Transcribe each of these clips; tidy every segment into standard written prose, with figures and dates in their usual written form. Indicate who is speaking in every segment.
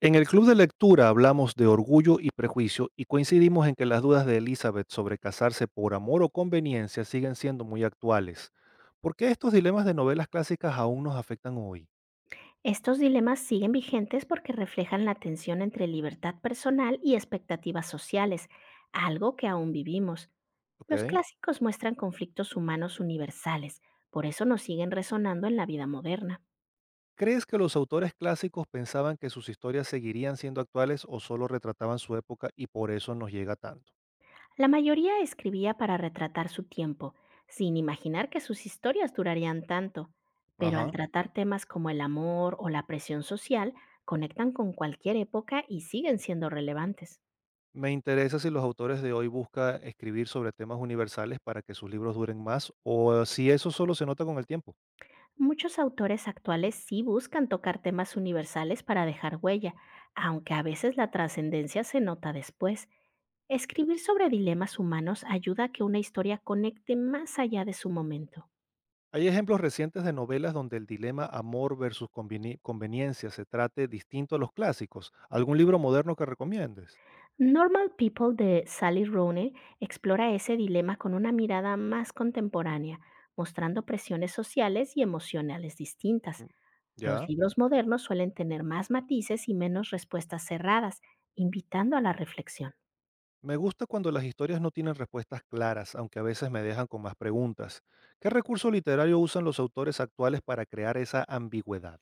Speaker 1: En el club de lectura hablamos de Orgullo y Prejuicio y coincidimos en que las dudas de Elizabeth sobre casarse por amor o conveniencia siguen siendo muy actuales. ¿Por qué estos dilemas de novelas clásicas aún nos afectan hoy?
Speaker 2: Estos dilemas siguen vigentes porque reflejan la tensión entre libertad personal y expectativas sociales, algo que aún vivimos. Los
Speaker 1: ¿Ok?
Speaker 2: clásicos muestran conflictos humanos universales, por eso nos siguen resonando en la vida moderna.
Speaker 1: ¿Crees que los autores clásicos pensaban que sus historias seguirían siendo actuales, o solo retrataban su época y por eso nos llega tanto?
Speaker 2: La mayoría escribía para retratar su tiempo, sin imaginar que sus historias durarían tanto, pero al
Speaker 1: Ajá.
Speaker 2: tratar temas como el amor o la presión social, conectan con cualquier época y siguen siendo relevantes.
Speaker 1: Me interesa si los autores de hoy buscan escribir sobre temas universales para que sus libros duren más, o si eso solo se nota con el tiempo.
Speaker 2: Muchos autores actuales sí buscan tocar temas universales para dejar huella, aunque a veces la trascendencia se nota después. Escribir sobre dilemas humanos ayuda a que una historia conecte más allá de su momento.
Speaker 1: Hay ejemplos recientes de novelas donde el dilema amor versus conveniencia se trate distinto a los clásicos. ¿Algún libro moderno que recomiendes?
Speaker 2: Normal People de Sally Rooney explora ese dilema con una mirada más contemporánea, mostrando presiones sociales y emocionales distintas.
Speaker 1: Mm. Ya.
Speaker 2: Los libros modernos suelen tener más matices y menos respuestas cerradas, invitando a la reflexión.
Speaker 1: Me gusta cuando las historias no tienen respuestas claras, aunque a veces me dejan con más preguntas. ¿Qué recurso literario usan los autores actuales para crear esa ambigüedad?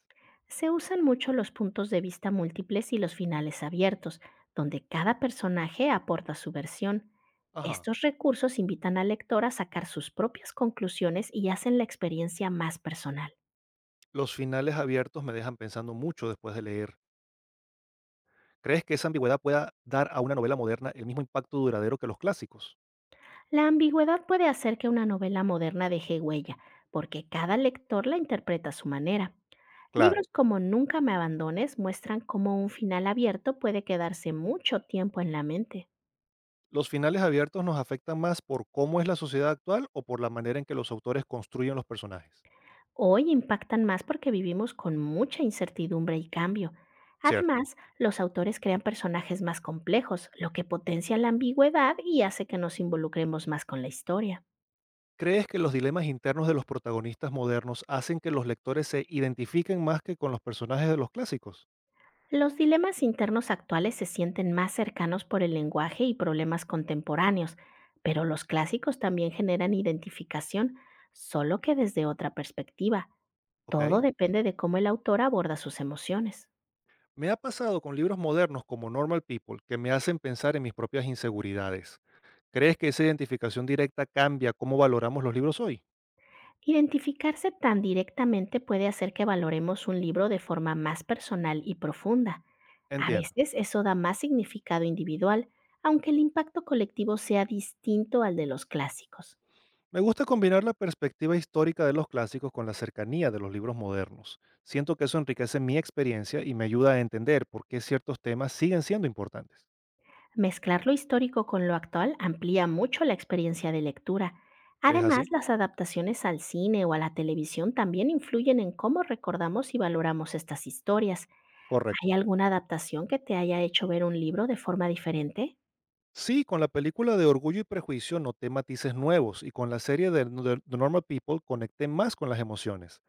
Speaker 2: Se usan mucho los puntos de vista múltiples y los finales abiertos, donde cada personaje aporta su versión.
Speaker 1: Ajá.
Speaker 2: Estos recursos invitan al lector a sacar sus propias conclusiones y hacen la experiencia más personal.
Speaker 1: Los finales abiertos me dejan pensando mucho después de leer. ¿Crees que esa ambigüedad pueda dar a una novela moderna el mismo impacto duradero que los clásicos?
Speaker 2: La ambigüedad puede hacer que una novela moderna deje huella, porque cada lector la interpreta a su manera.
Speaker 1: Claro.
Speaker 2: Libros como Nunca me abandones muestran cómo un final abierto puede quedarse mucho tiempo en la mente.
Speaker 1: ¿Los finales abiertos nos afectan más por cómo es la sociedad actual, o por la manera en que los autores construyen los personajes?
Speaker 2: Hoy impactan más porque vivimos con mucha incertidumbre y cambio.
Speaker 1: Cierto.
Speaker 2: Además, los autores crean personajes más complejos, lo que potencia la ambigüedad y hace que nos involucremos más con la historia.
Speaker 1: ¿Crees que los dilemas internos de los protagonistas modernos hacen que los lectores se identifiquen más que con los personajes de los clásicos?
Speaker 2: Los dilemas internos actuales se sienten más cercanos por el lenguaje y problemas contemporáneos, pero los clásicos también generan identificación, solo que desde otra perspectiva.
Speaker 1: Ok.
Speaker 2: Todo depende de cómo el autor aborda sus emociones.
Speaker 1: Me ha pasado con libros modernos como Normal People, que me hacen pensar en mis propias inseguridades. ¿Crees que esa identificación directa cambia cómo valoramos los libros hoy?
Speaker 2: Identificarse tan directamente puede hacer que valoremos un libro de forma más personal y profunda. A
Speaker 1: Entiendo.
Speaker 2: veces eso da más significado individual, aunque el impacto colectivo sea distinto al de los clásicos.
Speaker 1: Me gusta combinar la perspectiva histórica de los clásicos con la cercanía de los libros modernos. Siento que eso enriquece mi experiencia y me ayuda a entender por qué ciertos temas siguen siendo importantes.
Speaker 2: Mezclar lo histórico con lo actual amplía mucho la experiencia de lectura.
Speaker 1: ¿Es
Speaker 2: Además,
Speaker 1: así?
Speaker 2: las adaptaciones al cine o a la televisión también influyen en cómo recordamos y valoramos estas historias.
Speaker 1: Correcto.
Speaker 2: ¿Hay alguna adaptación que te haya hecho ver un libro de forma diferente?
Speaker 1: Sí, con la película de Orgullo y Prejuicio noté matices nuevos, y con la serie de Normal People conecté más con las emociones.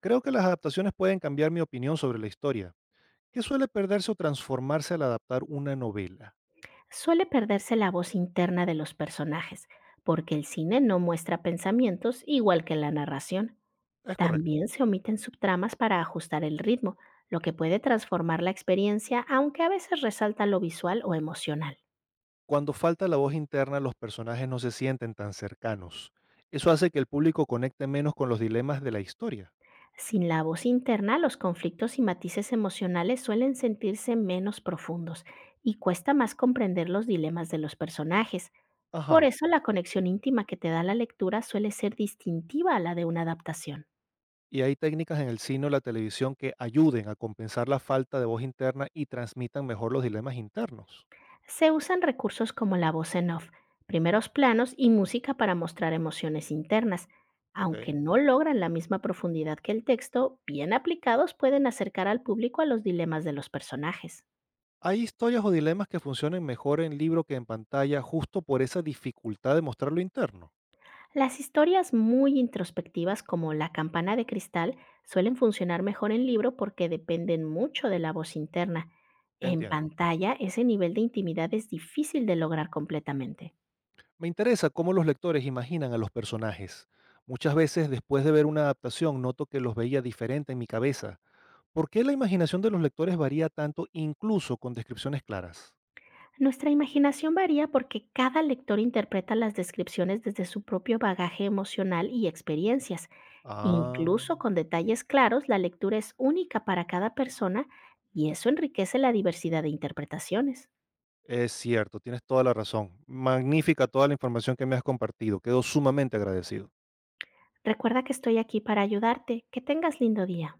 Speaker 1: Creo que las adaptaciones pueden cambiar mi opinión sobre la historia. ¿Qué suele perderse o transformarse al adaptar una novela?
Speaker 2: Suele perderse la voz interna de los personajes, porque el cine no muestra pensamientos igual que la narración.
Speaker 1: Es correcto.
Speaker 2: También se omiten subtramas para ajustar el ritmo, lo que puede transformar la experiencia, aunque a veces resalta lo visual o emocional.
Speaker 1: Cuando falta la voz interna, los personajes no se sienten tan cercanos. Eso hace que el público conecte menos con los dilemas de la historia.
Speaker 2: Sin la voz interna, los conflictos y matices emocionales suelen sentirse menos profundos y cuesta más comprender los dilemas de los personajes. Por
Speaker 1: Ajá.
Speaker 2: eso la conexión íntima que te da la lectura suele ser distintiva a la de una adaptación.
Speaker 1: ¿Y hay técnicas en el cine o la televisión que ayuden a compensar la falta de voz interna y transmitan mejor los dilemas internos?
Speaker 2: Se usan recursos como la voz en off, primeros planos y música para mostrar emociones internas. Aunque
Speaker 1: Ok.
Speaker 2: no logran la misma profundidad que el texto, bien aplicados pueden acercar al público a los dilemas de los personajes.
Speaker 1: ¿Hay historias o dilemas que funcionen mejor en libro que en pantalla, justo por esa dificultad de mostrar lo interno?
Speaker 2: Las historias muy introspectivas como La campana de cristal suelen funcionar mejor en libro porque dependen mucho de la voz interna. En
Speaker 1: Entiendo.
Speaker 2: pantalla, ese nivel de intimidad es difícil de lograr completamente.
Speaker 1: Me interesa cómo los lectores imaginan a los personajes. Muchas veces, después de ver una adaptación, noto que los veía diferente en mi cabeza. ¿Por qué la imaginación de los lectores varía tanto, incluso con descripciones claras?
Speaker 2: Nuestra imaginación varía porque cada lector interpreta las descripciones desde su propio bagaje emocional y experiencias.
Speaker 1: Ah,
Speaker 2: Incluso con detalles claros, la lectura es única para cada persona y eso enriquece la diversidad de interpretaciones.
Speaker 1: es cierto, tienes toda la razón. Magnífica toda la información que me has compartido. Quedo sumamente agradecido.
Speaker 2: Recuerda que estoy aquí para ayudarte. Que tengas lindo día.